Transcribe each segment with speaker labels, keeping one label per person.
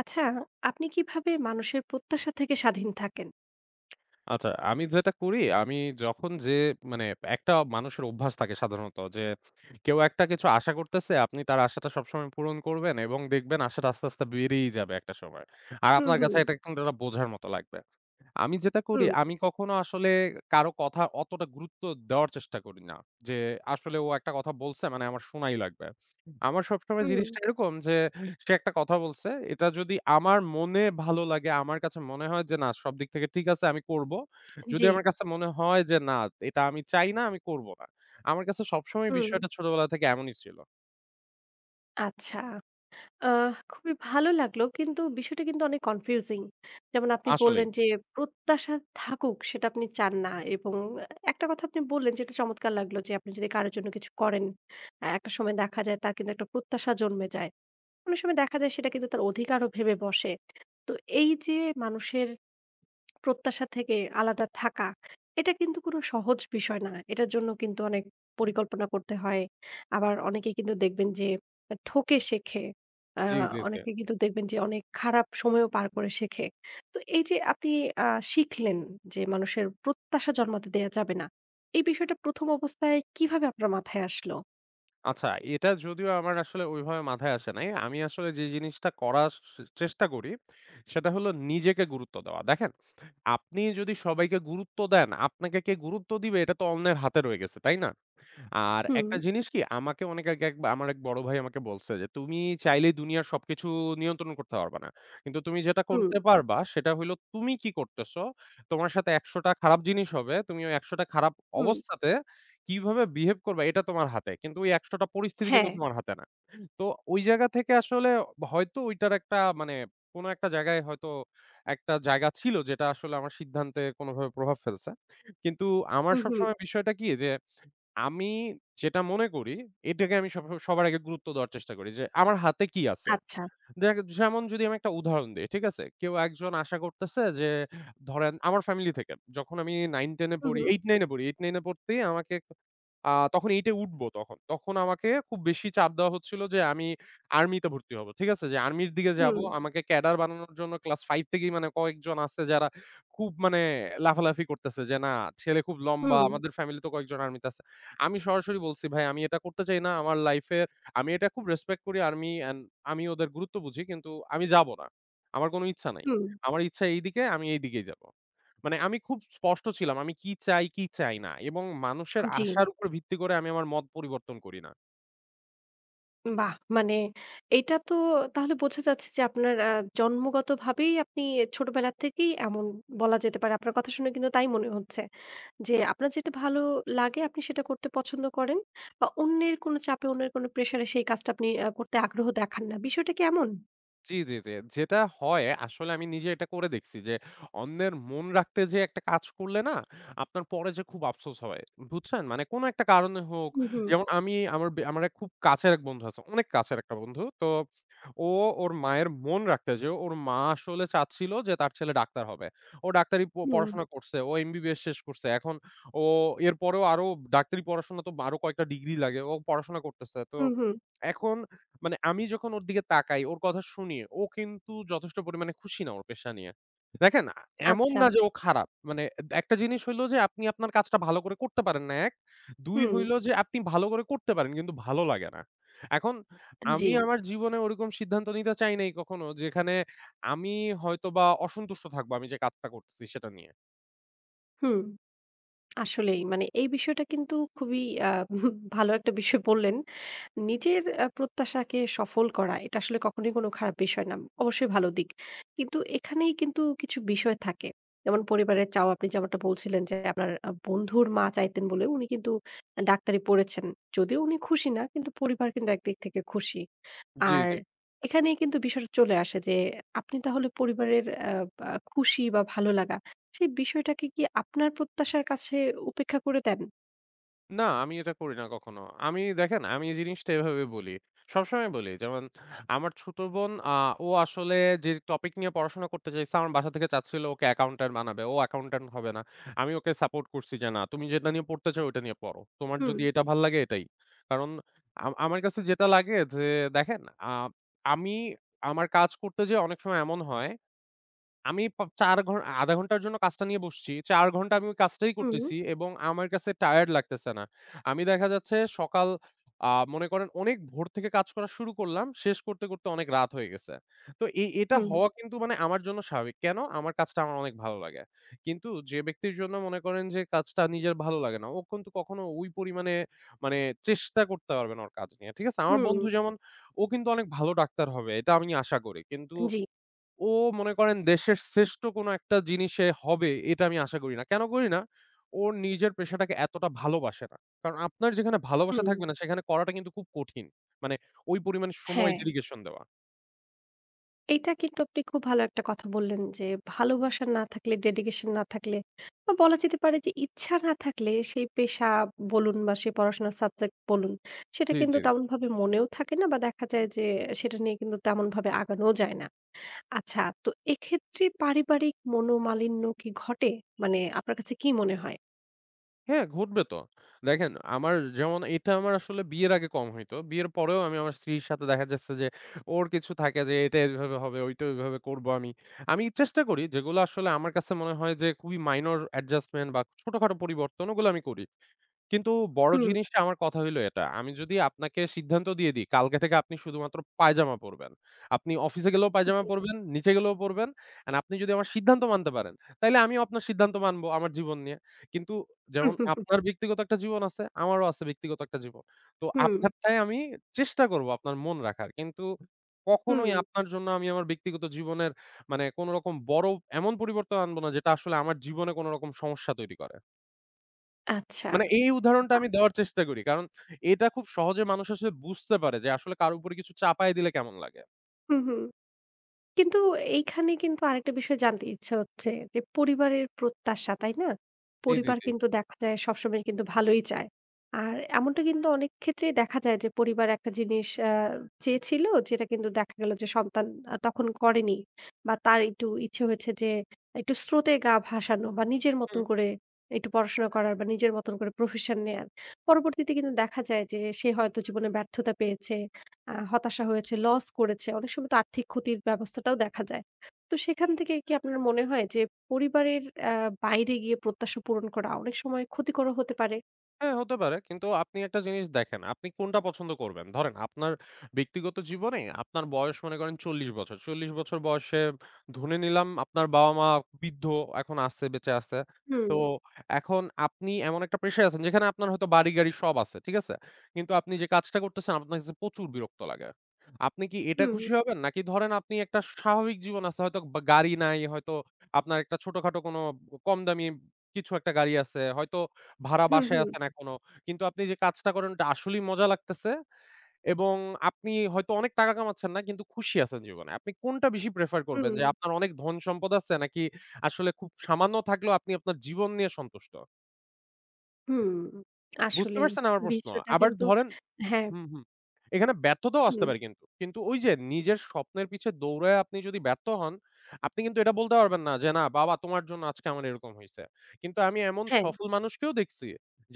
Speaker 1: আচ্ছা, আপনি কিভাবে মানুষের প্রত্যাশা থেকে স্বাধীন থাকেন?
Speaker 2: আচ্ছা, আমি যেটা করি, আমি যখন যে মানে একটা মানুষের অভ্যাস থাকে সাধারণত যে কেউ একটা কিছু আশা করতেছে, আপনি তার আশাটা সবসময় পূরণ করবেন এবং দেখবেন আশাটা আস্তে, আস্তে বেড়েই যাবে একটা সময়। আর
Speaker 1: হুম,
Speaker 2: আপনার কাছে
Speaker 1: হুম,
Speaker 2: এটা কিন্তু একটা বোঝার মতো লাগবে। আমি যেটা করি,
Speaker 1: হুম,
Speaker 2: আমি কখনো আসলে কারো কথা অতটা গুরুত্ব দেওয়ার চেষ্টা করি না। যে আসলে ও একটা কথা বলছে মানে আমার শোনাই লাগবে। আমার সবসময়
Speaker 1: হুম,
Speaker 2: জিনিসটা এরকম যে সে একটা কথা বলছে। এটা যদি আমার মনে ভালো লাগে, আমার কাছে মনে হয় যে না সব দিক থেকে ঠিক আছে আমি করব। যদি
Speaker 1: জি,
Speaker 2: আমার কাছে মনে হয় যে না এটা আমি চাই না, আমি করব না। আমার কাছে সবসময়
Speaker 1: হুম।
Speaker 2: বিষয়টা ছোটবেলা থেকে এমনই ছিল।
Speaker 1: আচ্ছা, খুবই ভালো লাগলো। কিন্তু বিষয়টা কিন্তু অনেক কনফিউজিং। যেমন আপনি
Speaker 2: আসলেই।
Speaker 1: বললেন যে, প্রত্যাশা থাকুক সেটা আপনি চান না এবং একটা কথা আপনি বললেন যেটা চমৎকার লাগলো যে, আপনি যদি কারো জন্য কিছু করেন, একটা সময় দেখা যায় তার কিন্তু একটা প্রত্যাশা জন্মে যায়। অনেক সময় দেখা যায় সেটা কিন্তু তার অধিকারও ভেবে বসে। তো এই যে মানুষের প্রত্যাশা থেকে আলাদা থাকা, এটা কিন্তু কোনো সহজ বিষয় না। এটার জন্য কিন্তু অনেক পরিকল্পনা করতে হয়। আবার অনেকে কিন্তু দেখবেন যে ঠকে শেখে। আ
Speaker 2: জি, জি, জি।
Speaker 1: অনেকে কিন্তু দেখবেন যে অনেক খারাপ সময়ও পার করে শেখে। তো এই যে আপনি আ শিখলেন যে মানুষের প্রত্যাশা জন্মাতে দেয়া যাবে না। এই বিষয়টা ১ম অবস্থায় কিভাবে আপনার মাথায় আসলো?
Speaker 2: আচ্ছা, এটা যদিও আমার আসলে ওইভাবে মাথায় আসে নাই। আমি আসলে যে জিনিসটা করার চেষ্টা করি সেটা হলো নিজেকে গুরুত্ব দেওয়া। দেখেন, আপনি যদি সবাইকে গুরুত্ব দেন, আপনাকে কে গুরুত্ব দিবে এটা তো অন্যের হাতে রয়ে গেছে, তাই না? আর
Speaker 1: হুম,
Speaker 2: একটা জিনিস কি আমাকে অনেক আগে আমার এক বড় ভাই আমাকে বলছে যে, "তুমি চাইলেই দুনিয়ার সবকিছু নিয়ন্ত্রণ করতে পারবা না। কিন্তু তুমি যেটা
Speaker 1: হুম,
Speaker 2: করতে পারবা সেটা হইলো তুমি কি করতেছো? তোমার সাথে ১০০ টা খারাপ জিনিস হবে। তুমি ওই ১০০ টা খারাপ
Speaker 1: হুম।
Speaker 2: অবস্থাতে কিভাবে বিহেভ করবা এটা তোমার হাতে। কিন্তু ওই ১০০ টা পরিস্থিতি কিন্তু
Speaker 1: হ্যাঁ।
Speaker 2: তোমার হাতে না।" তো ওই জায়গা থেকে আসলে হয়তো ওইটার একটা মানে কোন একটা জায়গায় হয়তো একটা জায়গা ছিল যেটা আসলে আমার সিদ্ধান্তে কোনভাবে প্রভাব ফেলছে। কিন্তু আমার
Speaker 1: হুম, হুম।
Speaker 2: সবসময় বিষয়টা কি যে আমি যেটা মনে করি, এটাকে আমি সবার আগে গুরুত্ব দেওয়ার চেষ্টা করি যে, আমার হাতে কি আছে?
Speaker 1: আচ্ছা।
Speaker 2: দেখ, যেমন যদি আমি একটা উদাহরণ দেই, ঠিক আছে? কেউ একজন আশা করতেছে যে ধরেন আমার ফ্যামিলি থেকে। যখন আমি 9-10 এ
Speaker 1: হুম,
Speaker 2: পড়ি
Speaker 1: হুম,
Speaker 2: 8-9 এ পড়ি। 8-9 এ পড়তেই আমাকে, তখন 8 এ উঠবো তখন। তখন আমাকে খুব বেশি চাপ দেওয়া হচ্ছিল যে আমি আর্মিতে ভর্তি হব। ঠিক আছে? যে আর্মির দিকে
Speaker 1: হুম,
Speaker 2: যাবো। আমাকে ক্যাডার বানানোর জন্য ক্লাস 5 থেকেই মানে কয়েকজন আছে যারা খুব মানে লাফালাফি করতেছে যে, "না, ছেলে খুব লম্বা।
Speaker 1: হুম,
Speaker 2: আমাদের ফ্যামিলিতে কয়েকজন আর্মিতে আছে।" আমি সরাসরি বলছি, "ভাই, আমি এটা করতে চাই না। আমার লাইফে আমি এটা খুব রেসপেক্ট করি আর্মি অ্যান্ড আমি ওদের গুরুত্ব বুঝি। কিন্তু আমি যাবো না। আমার কোনো ইচ্ছা নাই।
Speaker 1: হুম।
Speaker 2: আমার ইচ্ছা এইদিকে, আমি এইদিকেই যাবো। মানে আমি খুব স্পষ্ট ছিলাম। আমি কি চাই, কি চাই না এবং মানুষের
Speaker 1: জি।
Speaker 2: আশার উপর ভিত্তি করে আমি আমার মত পরিবর্তন করি না।"
Speaker 1: বাহ! মানে এইটা তো তাহলে বোঝা যাচ্ছে যে আপনার জন্মগতভাবেই আপনি ছোটবেলা থেকেই এমন বলা যেতে পারে। আপনার কথা শুনে কিন্তু তাই মনে হচ্ছে যে আপনার যেটা ভালো লাগে আপনি সেটা করতে পছন্দ করেন বা অন্যের কোনো চাপে, অন্যের কোনো প্রেশারে সেই কাজটা আপনি করতে আগ্রহ দেখান না। বিষয়টা কি এমন?
Speaker 2: জি, জি, জি। যেটা হয় আসলে আমি নিজে এটা করে দেখছি যে অন্যের মন রাখতে যেয়ে একটা কাজ করলে না, আপনার পরে যে খুব আফসোস হয়। বুঝছেন? মানে কোন একটা কারণে হোক।
Speaker 1: হুম, হুম,
Speaker 2: যেমন আমি আমার এক খুব কাছের এক বন্ধু আছে। অনেক কাছের একটা বন্ধু। তো ও ওর মায়ের মন রাখতে যেয়ে, ওর মা আসলে চাচ্ছিল যে তার ছেলে ডাক্তার হবে। ও ডাক্তারি
Speaker 1: হুম,
Speaker 2: পড়াশোনা করছে। ও এমবিবিএস শেষ করছে। এখন ও এরপরেও আরো ডাক্তারি পড়াশোনা তো আরো কয়েকটা ডিগ্রি লাগে। ও পড়াশোনা করতেছে। তো
Speaker 1: হুম, হুম,
Speaker 2: এখন মানে আমি যখন ওর দিকে তাকাই, ওর কথা শুনি, ও কিন্তু যথেষ্ট পরিমাণে খুশি না ওর পেশা নিয়ে। দেখেন, এমন
Speaker 1: আচ্ছা।
Speaker 2: না যে ও খারাপ। মানে একটা জিনিস হইলো যে আপনি আপনার কাজটা ভালো করে করতে পারেন না ১, ২
Speaker 1: হুম,
Speaker 2: হইলো যে আপনি ভালো করে করতে পারেন কিন্তু ভালো লাগে না। এখন
Speaker 1: জি,
Speaker 2: আমি আমার জীবনে ওরকম সিদ্ধান্ত নিতে চাই নাই কখনো যেখানে আমি হয়তোবা অসন্তুষ্ট থাকবো আমি যে কাজটা করতেছি সেটা নিয়ে।
Speaker 1: হুম। আসলেই মানে এই বিষয়টা কিন্তু খুবই আ ভালো একটা বিষয় বললেন। নিজের প্রত্যাশাকে সফল করা এটা আসলে কখনোই কোনো খারাপ বিষয় না। অবশ্যই ভালো দিক। কিন্তু এখানেই কিন্তু কিছু বিষয় থাকে। যেমন পরিবারের চাওয়া আপনি যেমনটা বলছিলেন যে আপনার বন্ধুর মা চাইতেন বলে উনি কিন্তু ডাক্তারি পড়েছেন। যদিও উনি খুশি না কিন্তু পরিবার কিন্তু একদিক থেকে খুশি।
Speaker 2: জি,
Speaker 1: আর
Speaker 2: জি।
Speaker 1: এখানেই কিন্তু বিষয়টা চলে আসে যে আপনি তাহলে পরিবারের আ আ খুশি বা ভালো লাগা সেই বিষয়টাকে কি আপনার প্রত্যাশার কাছে উপেক্ষা করে দেন?
Speaker 2: না, আমি এটা করি না কখনো। আমি দেখেন, আমি এই জিনিসটা এভাবে বলি। সবসময় বলি যেমন আমার ছোট বোন, ও আসলে যে টপিক নিয়ে পড়াশোনা করতে চাইছে, আমার বাসা থেকে চাচ্ছিল ওকে অ্যাকাউন্ট্যান্ট বানাবে। ও অ্যাকাউন্ট্যান্ট হবে না। আমি ওকে সাপোর্ট করছি যে, "না, তুমি যেটা নিয়ে পড়তে চাও ওটা নিয়ে পড়ো। তোমার
Speaker 1: হুম,
Speaker 2: যদি এটা ভাল লাগে এটাই।" কারণ আমার কাছে যেটা লাগে যে দেখেন, আ আমি আমার কাজ করতে যেয়ে অনেক সময় এমন হয় আমি ৪ ০.৫ ঘন্টার জন্য কাজটা নিয়ে বসছি। ৪ ঘন্টা আমি ওই কাজটাই
Speaker 1: হুম,
Speaker 2: করতেছি এবং আমার কাছে টায়ারড লাগতেছে না। আমি দেখা যাচ্ছে সকাল, মনে করেন অনেক ভোর থেকে কাজ করা শুরু করলাম। শেষ করতে, করতে অনেক রাত হয়ে গেছে। তো এটা
Speaker 1: হুম,
Speaker 2: হওয়া কিন্তু মানে আমার জন্য স্বাভাবিক। কেন? আমার কাজটা আমার অনেক ভালো লাগে। কিন্তু যে ব্যক্তির জন্য মনে করেন যে কাজটা নিজের ভালো লাগে না, ও কিন্তু কখনো ওই পরিমাণে মানে চেষ্টা করতে পারবে না ওর কাজ নিয়ে। ঠিক আছে? আমার
Speaker 1: হুম,
Speaker 2: বন্ধু যেমন ও কিন্তু অনেক ভালো ডাক্তার হবে এটা আমি আশা করি। কিন্তু
Speaker 1: জি,
Speaker 2: ও মনে করেন দেশের শ্রেষ্ঠ কোনো একটা জিনিসে হবে এটা আমি আশা করি না। কেন করি না? ও নিজের পেশাটাকে এতটা ভালোবাসে না। কারণ আপনার যেখানে ভালোবাসা
Speaker 1: হুম,
Speaker 2: থাকবে না সেখানে করাটা কিন্তু খুব কঠিন। মানে ওই পরিমাণে সময়
Speaker 1: হ্যাঁ।
Speaker 2: ডেডিকেশন দেওয়া।
Speaker 1: এইটা কিন্তু আপনি খুব ভালো একটা কথা বললেন যে ভালোবাসা না থাকলে, ডেডিকেশন না থাকলে বা বলা যেতে পারে যে ইচ্ছা না থাকলে সেই পেশা বলুন বা সেই পড়াশোনার সাবজেক্ট বলুন, সেটা
Speaker 2: জি,
Speaker 1: কিন্তু
Speaker 2: জি।
Speaker 1: তেমনভাবে মনেও থাকে না বা দেখা যায় যে সেটা নিয়ে কিন্তু তেমনভাবে আগানোও যায় না। আচ্ছা, তো এক্ষেত্রে পারিবারিক মনোমালিন্য কি ঘটে? মানে আপনার কাছে কি মনে হয়?
Speaker 2: হ্যাঁ, ঘটবে তো। দেখেন, আমার যেমন এটা আমার আসলে বিয়ের আগে কম হইতো। বিয়ের পরেও আমি আমার স্ত্রীর সাথে দেখা যাচ্ছে যে ওর কিছু থাকে যে এটা এভাবে হবে, ওইটা ওইভাবে করব আমি। আমি চেষ্টা করি, যেগুলো আসলে আমার কাছে মনে হয় যে খুবই মাইনর অ্যাডজাস্টমেন্ট বা ছোটখাটো পরিবর্তন ওগুলো আমি করি। কিন্তু বড়
Speaker 1: হুম,
Speaker 2: জিনিসটা আমার কথা হইলো এটা। আমি যদি আপনাকে সিদ্ধান্ত দিয়ে দিই, কালকে থেকে আপনি শুধুমাত্র পায়জামা পরবেন। আপনি অফিসে গেলেও পায়জামা
Speaker 1: জি।
Speaker 2: পরবেন, নিচে গেলেও পরবেন। অ্যান্ড আপনি যদি আমার সিদ্ধান্ত মানতে পারেন, তাইলে আমিও আপনার সিদ্ধান্ত মানবো আমার জীবন নিয়ে। কিন্তু
Speaker 1: হুম,
Speaker 2: যেমন
Speaker 1: হুম,
Speaker 2: আপনার ব্যক্তিগত একটা জীবন আছে, আমারও আছে ব্যক্তিগত একটা জীবন। তো
Speaker 1: হুম,
Speaker 2: আপনারটাই আমি চেষ্টা করব আপনার মন রাখার। কিন্তু
Speaker 1: হুম,
Speaker 2: কখনোই
Speaker 1: হুম।
Speaker 2: আপনার জন্য আমি আমার ব্যক্তিগত জীবনের মানে কোন রকম বড় এমন পরিবর্তন আনবো না, যেটা আসলে আমার জীবনে কোন রকম সমস্যা তৈরি করে।
Speaker 1: আচ্ছা।
Speaker 2: মানে এই উদাহরণটা
Speaker 1: বাহ!
Speaker 2: আমি দেওয়ার চেষ্টা করি। কারণ এটা খুব সহজে মানুষ আসলে বুঝতে পারে যে আসলে কারো উপরে কিছু চাপায় দিলে কেমন লাগে।
Speaker 1: হুম, হুম। কিন্তু এইখানে কিন্তু আরেকটা বিষয় জানতে ইচ্ছা হচ্ছে যে পরিবারের প্রত্যাশা, তাই না?
Speaker 2: জি, জি,
Speaker 1: পরিবার
Speaker 2: জি।
Speaker 1: কিন্তু দেখা যায় সবসময় কিন্তু ভালোই চায়। আর এমনটা কিন্তু অনেক ক্ষেত্রেই দেখা যায় যে পরিবার একটা জিনিস চেয়েছিল যেটা কিন্তু দেখা গেল যে সন্তান তখন করেনি। বা তার একটু ইচ্ছে হয়েছে যে একটু স্রোতে গা ভাসানো বা নিজের
Speaker 2: হুম।
Speaker 1: মতন করে একটু পড়াশোনা করার বা নিজের মতন করে প্রফেশন নেয়ার। পরবর্তীতে কিন্তু দেখা যায় যে সে হয়তো জীবনে ব্যর্থতা পেয়েছে, হতাশা হয়েছে, লস করেছে। অনেক সময় তো আর্থিক ক্ষতির ব্যবস্থাটাও দেখা যায়। তো সেখান থেকে কি আপনার মনে হয় যে পরিবারের আ বাইরে গিয়ে প্রত্যাশা পূরণ করা অনেক সময় ক্ষতিকরও হতে পারে?
Speaker 2: হ্যাঁ, হতে পারে। কিন্তু আপনি একটা জিনিস দেখেন, আপনি কোনটা পছন্দ করবেন? ধরেন আপনার ব্যক্তিগত জীবনে আপনার বয়স মনে করেন ৪০ বছর। ৪০ বছর বয়সে ধরে নিলাম আপনার বাবা-মা বৃদ্ধ এখন আছে, বেঁচে আছে।
Speaker 1: হুম,
Speaker 2: এখন আপনি এমন একটা প্রেশারে আছেন যেখানে আপনার হয়তো বাড়ি-গাড়ি সব আছে। ঠিক আছে? কিন্তু আপনি যে কাজটা করতেছেন আপনার কাছে প্রচুর বিরক্ত লাগে। আপনি কি এটা
Speaker 1: হুম,
Speaker 2: খুশি হবেন? নাকি ধরেন, আপনি একটা স্বাভাবিক জীবন আছে, হয়তো বা গাড়ি নাই, হয়তো আপনার একটা ছোটখাটো কোনো কম দামি কিছু একটা গাড়ি আছে। হয়তো ভাড়া
Speaker 1: হুম,
Speaker 2: বাসায়
Speaker 1: হুম,
Speaker 2: আছেন এখনো। কিন্তু আপনি যে কাজটা করেন ওটা আসলেই মজা লাগতেছে এবং আপনি হয়তো অনেক টাকা কামাচ্ছেন না কিন্তু খুশি আছেন জীবনে। আপনি কোনটা বেশি প্রেফার করবেন,
Speaker 1: হুম।
Speaker 2: যে আপনার অনেক ধন সম্পদ আছে নাকি আসলে খুব সামান্য থাকলেও আপনি আপনার জীবন নিয়ে সন্তুষ্ট?
Speaker 1: হুম,
Speaker 2: বুঝতে
Speaker 1: আসলেই
Speaker 2: পারছেন আমার প্রশ্ন?
Speaker 1: বিশ্বটা
Speaker 2: আবার
Speaker 1: কিন্তু
Speaker 2: ধরেন,
Speaker 1: হ্যাঁ,
Speaker 2: হুম, হুম। এখানে ব্যর্থতাও আসতে
Speaker 1: হুম,
Speaker 2: পারে কিন্তু। কিন্তু ওই যে নিজের স্বপ্নের পিছে দৌড়ায় আপনি যদি ব্যর্থ হন, আপনি কিন্তু এটা বলতে পারবেন না যে, "না বাবা তোমার জন্য আজকে আমার এরকম হইছে।" কিন্তু আমি এমন
Speaker 1: হ্যাঁ,
Speaker 2: সফল মানুষকেও দেখছি,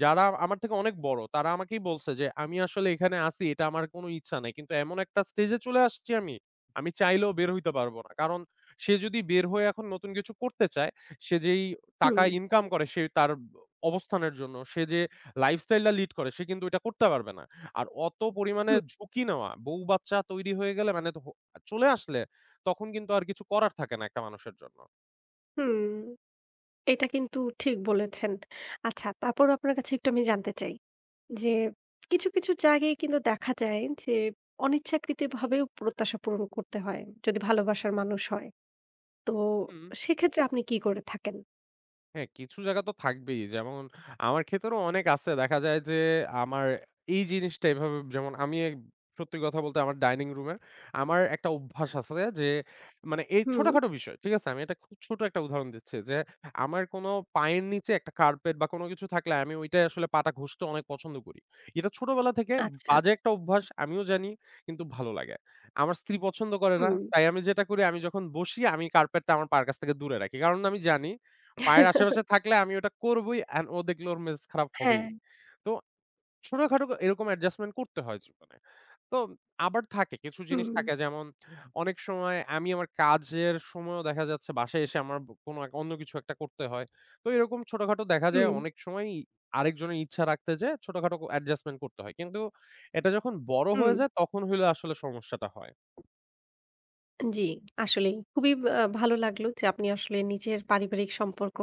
Speaker 2: যারা আমার থেকে অনেক বড়। তারা আমাকেই বলছে যে, "আমি আসলে এখানে আছি এটা আমার কোনো ইচ্ছা নাই। কিন্তু এমন একটা স্টেজে চলে আসছি আমি, আমি চাইলেও বের হইতে পারব না।" কারণ সে যদি বের হয়ে এখন নতুন কিছু করতে চায়, সে যেই
Speaker 1: হুম,
Speaker 2: টাকা ইনকাম করে, সে তার অবস্থানের জন্য, সে যে লাইফস্টাইলটা লিড করে সে কিন্তু এটা করতে পারবে না। আর অত পরিমাণে
Speaker 1: হুম,
Speaker 2: ঝুঁকি নেওয়া, বউ-বাচ্চা তৈরি হয়ে গেলে মানে তো চলে আসলে তখন কিন্তু আর কিছু করার থাকে না একটা মানুষের জন্য।
Speaker 1: হুম, এটা কিন্তু ঠিক বলেছেন। আচ্ছা তারপরও আপনার কাছে একটু আমি জানতে চাই যে কিছু, কিছু জায়গায় কিন্তু দেখা যায় যে অনিচ্ছাকৃতভাবেও প্রত্যাশা পূরণ করতে হয় যদি ভালোবাসার মানুষ হয়। তো
Speaker 2: হুম।
Speaker 1: সেক্ষেত্রে আপনি কি করে থাকেন?
Speaker 2: হ্যাঁ, কিছু জায়গা তো থাকবেই। যেমন আমার ক্ষেত্রেও অনেক আছে। দেখা যায় যে আমার এই জিনিসটা এভাবে যেমন আমি এক সত্যি কথা বলতে আমার ডাইনিং রুমের আমার একটা অভ্যাস আছে যে মানে এই
Speaker 1: হুম,
Speaker 2: ছোটখাটো বিষয়, ঠিক আছে? আমি একটা খুব ছোট একটা উদাহরণ দিচ্ছি যে আমার কোনো পায়ের নিচে একটা কার্পেট বা কোনো কিছু থাকলে আমি ওইটায় আসলে পাটা ঘষতে অনেক পছন্দ করি। এটা ছোটবেলা থেকে
Speaker 1: আচ্ছা,
Speaker 2: বাজে একটা অভ্যাস আমিও জানি কিন্তু ভালো লাগে। আমার স্ত্রী পছন্দ করে না।
Speaker 1: হুম,
Speaker 2: তাই আমি যেটা করি আমি যখন বসি আমি কার্পেটটা আমার পায়ের কাছ থেকে দূরে রাখি। কারণ আমি জানি পায়ের আশেপাশে থাকলে আমি ওটা করবই অ্যান্ড ও দেখলে ওর মেজাজ খারাপ
Speaker 1: হ্যাঁ,
Speaker 2: হবেই। তো ছোটখাটো এরকম অ্যাডজাস্টমেন্ট করতে হয় জীবনে। তো আবার থাকে কিছু জিনিস
Speaker 1: হুম,
Speaker 2: থাকে যেমন অনেক সময় আমি আমার কাজের সময়ও দেখা যাচ্ছে বাসায় এসে আমার কোনো এক অন্য কিছু একটা করতে হয়। তো এরকম ছোটখাটো দেখা যায়
Speaker 1: হুম,
Speaker 2: অনেক সময়ই আরেকজনের ইচ্ছা রাখতে যেয়ে ছোটখাটো অ্যাডজাস্টমেন্ট করতে হয়। কিন্তু এটা যখন বড়
Speaker 1: হুম।
Speaker 2: হয়ে যায় তখন হইলে আসলে সমস্যাটা হয়।
Speaker 1: জি, আসলেই। খুবই ভালো লাগলো যে আপনি আসলে নিজের পারিবারিক সম্পর্ক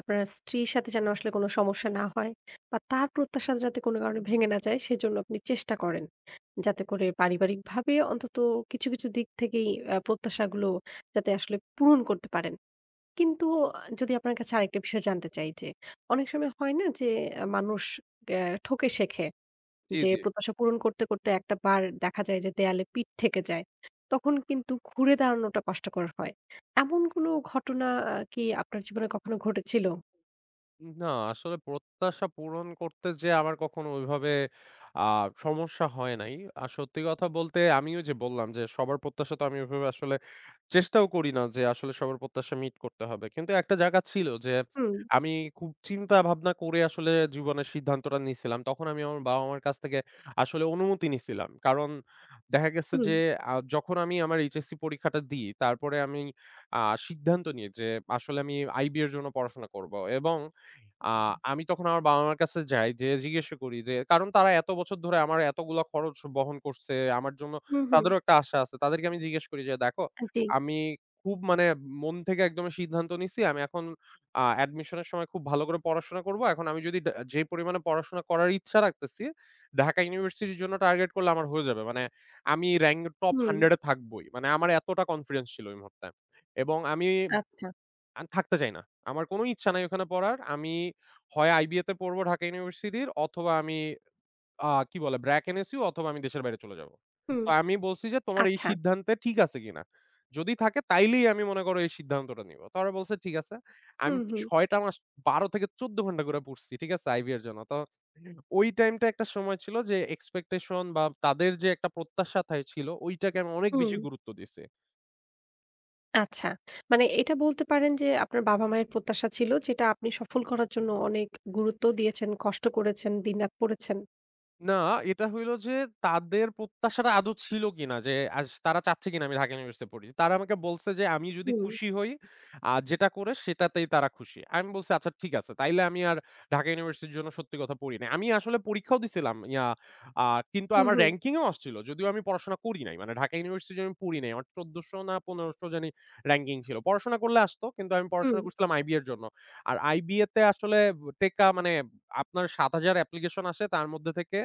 Speaker 1: আপনার স্ত্রীর সাথে যেন আসলে কোনো সমস্যা না হয় বা তার প্রত্যাশা যাতে কোনো কারণে ভেঙে না যায় সেজন্য আপনি চেষ্টা করেন। যাতে করে পারিবারিকভাবে অন্তত কিছু, কিছু দিক থেকেই প্রত্যাশাগুলো যাতে আসলে পূরণ করতে পারেন। কিন্তু আহ, যদি আপনার কাছে আরেকটা বিষয় জানতে চাই যে অনেক সময় হয় না যে মানুষ আ ঠকে শেখে।
Speaker 2: জি,
Speaker 1: যে
Speaker 2: জি।
Speaker 1: প্রত্যাশা পূরণ করতে, করতে একটা বার দেখা যায় যে দেয়ালে পিঠ ঠেকে যায়। তখন কিন্তু ঘুরে দাঁড়ানোটা কষ্টকর হয়। এমন কোনো ঘটনা কি আপনার জীবনে কখনো ঘটেছিল?
Speaker 2: না, আসলে প্রত্যাশা পূরণ করতে যেয়ে আমার কখনো ওইভাবে আ সমস্যা হয় নাই। আর সত্যি কথা বলতে আমিও যে বললাম যে সবার প্রত্যাশা তো আমি ওইভাবে আসলে চেষ্টাও করি না যে আসলে সবার প্রত্যাশা মিট করতে হবে। কিন্তু একটা জায়গা ছিল যে
Speaker 1: হুম,
Speaker 2: আমি খুব চিন্তা ভাবনা করে আসলে জীবনের সিদ্ধান্তটা নিছিলাম। তখন আমি আমার বাবা-মার কাছ থেকে আসলে অনুমতি নিছিলাম। কারণ দেখা গেছে
Speaker 1: হুম,
Speaker 2: যে যখন আমি আমার এইচএসসি পরীক্ষাটা দিই তারপরে আমি আ সিদ্ধান্ত নিই যে আসলে আমি আইবি এর জন্য পড়াশোনা করব এবং আ আমি তখন আমার বাবা-মার কাছে যাই, যেয়ে জিজ্ঞাসা করি যে কারণ তারা এত বছর ধরে আমার এতগুলা খরচ বহন করছে। আমার জন্য
Speaker 1: হুম, হুম।
Speaker 2: তাদেরও একটা আশা আছে। তাদেরকে আমি জিজ্ঞেস করি যে, "দেখো,
Speaker 1: জি,
Speaker 2: আমি খুব মানে মন থেকে একদম সিদ্ধান্ত নিছি। আমি এখন অ্যাডমিশন এর সময় খুব ভালো করে পড়াশোনা করব। এখন আমি যদি যে পরিমাণে পড়াশোনা করার ইচ্ছা রাখতেছি, ঢাকা ইউনিভার্সিটির জন্য টার্গেট করলে আমার হয়ে যাবে। মানে আমি র‍্যাংক টপ 100
Speaker 1: হুম,
Speaker 2: এ থাকবোই।" মানে আমার এতটা কনফিডেন্স ছিল ওই মুহূর্তে। এবং আমি
Speaker 1: আচ্ছা,
Speaker 2: আমি থাকতে চাই না। আমার কোনো ইচ্ছা নাই ওখানে পড়ার। আমি হয় আইবিএ তে পড়বো ঢাকা ইউনিভার্সিটির, অথবা আমি কি বলে ব্র্যাক এনএসইউ অথবা আমি দেশের বাইরে চলে যাবো।
Speaker 1: হুম,
Speaker 2: তো আমি বলছি যে, "তোমার এই
Speaker 1: আচ্ছা,
Speaker 2: সিদ্ধান্তে ঠিক আছে কিনা? যদি থাকে তাইলেই আমি মনে করো এই সিদ্ধান্তটা নিবো।" তো ওরা বলছে, "ঠিক আছে।" আমি
Speaker 1: হুম, হুম,
Speaker 2: ৬ টা মাস 12 থেকে ১৪ ঘন্টা করে পড়ছি। ঠিক আছে? আইবি এর জন্য। তো ওই টাইমটা একটা সময় ছিল যে এক্সপেকটেশন বা তাদের যে একটা প্রত্যাশা ছিল ওইটাকে আমি অনেক
Speaker 1: হুম,
Speaker 2: বেশি গুরুত্ব দিছি।
Speaker 1: আচ্ছা। মানে এটা বলতে পারেন যে আপনার বাবা-মায়ের প্রত্যাশা ছিল যেটা আপনি সফল করার জন্য অনেক গুরুত্ব দিয়েছেন, কষ্ট করেছেন, দিনরাত পড়েছেন।
Speaker 2: না, এটা হইলো যে তাদের প্রত্যাশাটা আদৌ ছিল কিনা? যে তারা চাচ্ছে কিনা আমি ঢাকা ইউনিভার্সিটিতে পড়ি। তারা আমাকে বলছে যে আমি যদি
Speaker 1: হুম,
Speaker 2: খুশি হই, যেটা করে সেটাতেই তারা খুশি। আমি বলছি আচ্ছা ঠিক আছে। তাইলে আমি আর ঢাকা ইউনিভার্সিটির জন্য সত্যি কথা পড়ি নাই। আমি আসলে পরীক্ষাও দিছিলাম ইয়া আ কিন্তু
Speaker 1: হুম,
Speaker 2: আমার
Speaker 1: হুম,
Speaker 2: র‍্যাংকিং এও আসছিল। যদিও আমি পড়াশোনা করি নাই। মানে ঢাকা ইউনিভার্সিটির জন্য আমি পড়ি নাই। আমার ১৪০০ না ১৫০০ জানি র‍্যাংকিং ছিল। পড়াশোনা করলে আসতো। কিন্তু আমি
Speaker 1: হুম,
Speaker 2: পড়াশোনা করছিলাম আইবি এর জন্য। আর আইবি এতে আসলে টেকা মানে আপনার ৭,০০০ অ্যাপ্লিকেশন আসে। তার মধ্যে থেকে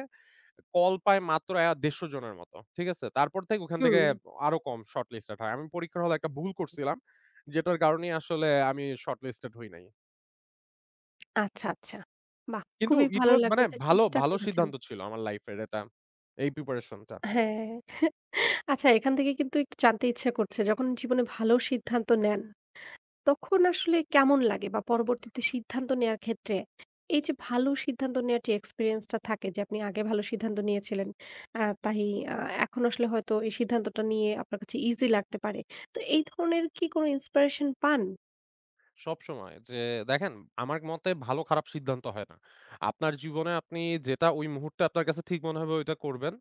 Speaker 2: কল পায় মাত্র ১৫০ জনের মতো। ঠিক আছে? তারপর থেকে ওখান থেকে
Speaker 1: হুম।
Speaker 2: আরো কম শর্ট লিস্টেড হয়। আমি পরীক্ষার হলে একটা ভুল করছিলাম। যেটার কারণেই আসলে আমি শর্ট লিস্টেড হই নাই।
Speaker 1: আচ্ছা, আচ্ছা। বাহ!
Speaker 2: কিন্তু
Speaker 1: খুবই
Speaker 2: ইট
Speaker 1: ভালো
Speaker 2: ওয়াজ
Speaker 1: লাগলো
Speaker 2: মানে
Speaker 1: যে
Speaker 2: ভালো,
Speaker 1: চেষ্টা
Speaker 2: ভালো
Speaker 1: করেছেন।
Speaker 2: সিদ্ধান্ত ছিল আমার লাইফ এর এটা। এই প্রিপারেশনটা।
Speaker 1: হ্যাঁ। আচ্ছা এখান থেকে কিন্তু একটু জানতে ইচ্ছে করছে যখন জীবনে ভালো সিদ্ধান্ত নেন, তখন আসলে কেমন লাগে? বা পরবর্তীতে সিদ্ধান্ত নেয়ার ক্ষেত্রে এই যে ভালো সিদ্ধান্ত নেওয়ার যে এক্সপেরিয়েন্স টা থাকে যে আপনি আগে ভালো সিদ্ধান্ত নিয়েছিলেন, তাই আ এখন আসলে হয়তো এই সিদ্ধান্তটা নিয়ে আপনার কাছে ইজি লাগতে পারে। তো এই ধরনের কি কোনো ইন্সপিরেশন পান?
Speaker 2: সবসময় যে দেখেন, আমার মতে ভালো খারাপ সিদ্ধান্ত হয় না। আপনার জীবনে আপনি যেটা ওই মুহূর্তে আপনার কাছে ঠিক মনে হবে ওইটা করবেন।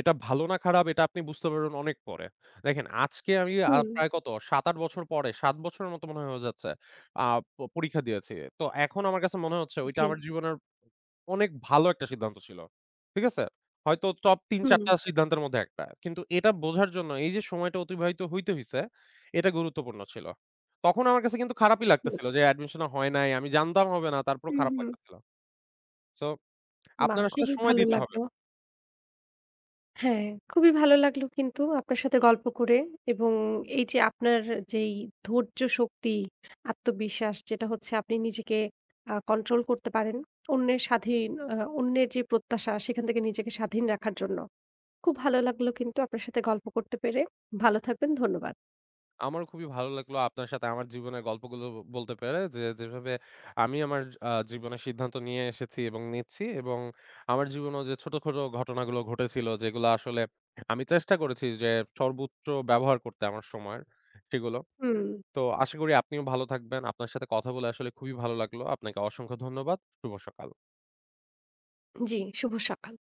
Speaker 2: এটা ভালো না খারাপ এটা আপনি বুঝতে পারবেন অনেক পরে। দেখেন আজকে আমি
Speaker 1: হুম,
Speaker 2: প্রায় কত ৭-৮ বছর পরে, ৭ বছরের মতো মনে হয় হয়ে যাচ্ছে। আ প পরীক্ষা দিয়েছি। তো এখন আমার কাছে মনে হচ্ছে ওইটা
Speaker 1: জি।
Speaker 2: আমার জীবনের অনেক ভালো একটা সিদ্ধান্ত ছিল। ঠিক আছে? হয়তো টপ ৩-৪
Speaker 1: হুম,
Speaker 2: টা সিদ্ধান্তের মধ্যে একটা। কিন্তু এটা বোঝার জন্য এই যে সময়টা অতিবাহিত হইতে হইছে, এটা গুরুত্বপূর্ণ ছিল। তখন আমার কাছে কিন্তু খারাপই
Speaker 1: হুম,
Speaker 2: লাগতেছিল যে অ্যাডমিশন হয় নাই। আমি জানতাম হবে না, তারপরেও
Speaker 1: হুম,
Speaker 2: খারাপ
Speaker 1: হুম।
Speaker 2: লাগতেছিল। সো
Speaker 1: বাহ!
Speaker 2: আপনার আসলে
Speaker 1: খুবই
Speaker 2: সময়
Speaker 1: ভালো
Speaker 2: দিতে হবে।
Speaker 1: লাগলো। হ্যাঁ, খুবই ভালো লাগলো কিন্তু আপনার সাথে গল্প করে এবং এই যে আপনার যেই ধৈর্য শক্তি, আত্মবিশ্বাস যেটা হচ্ছে আপনি নিজেকে কন্ট্রোল করতে পারেন। অন্যের স্বাধীন অন্যের যে প্রত্যাশা সেখান থেকে নিজেকে স্বাধীন রাখার জন্য। খুব ভালো লাগলো কিন্তু আপনার সাথে গল্প করতে পেরে। ভালো থাকবেন, ধন্যবাদ।
Speaker 2: আমারও খুবই ভালো লাগলো আপনার সাথে আমার জীবনের গল্পগুলো বলতে পেরে যে, যেভাবে আমি আমার জীবনের সিদ্ধান্ত নিয়ে এসেছি এবং নিচ্ছি এবং আমার জীবনেও যে ছোটখাটো ঘটনাগুলো ঘটেছিল যেগুলো আসলে আমি চেষ্টা করেছি যে সর্বোচ্চ ব্যবহার করতে আমার সময়ের সেগুলো।
Speaker 1: হুম,
Speaker 2: তো আশা করি আপনিও ভালো থাকবেন। আপনার সাথে কথা বলে আসলে খুবই ভালো লাগলো। আপনাকে অসংখ্য ধন্যবাদ। শুভ সকাল।
Speaker 1: জি, শুভ সকাল।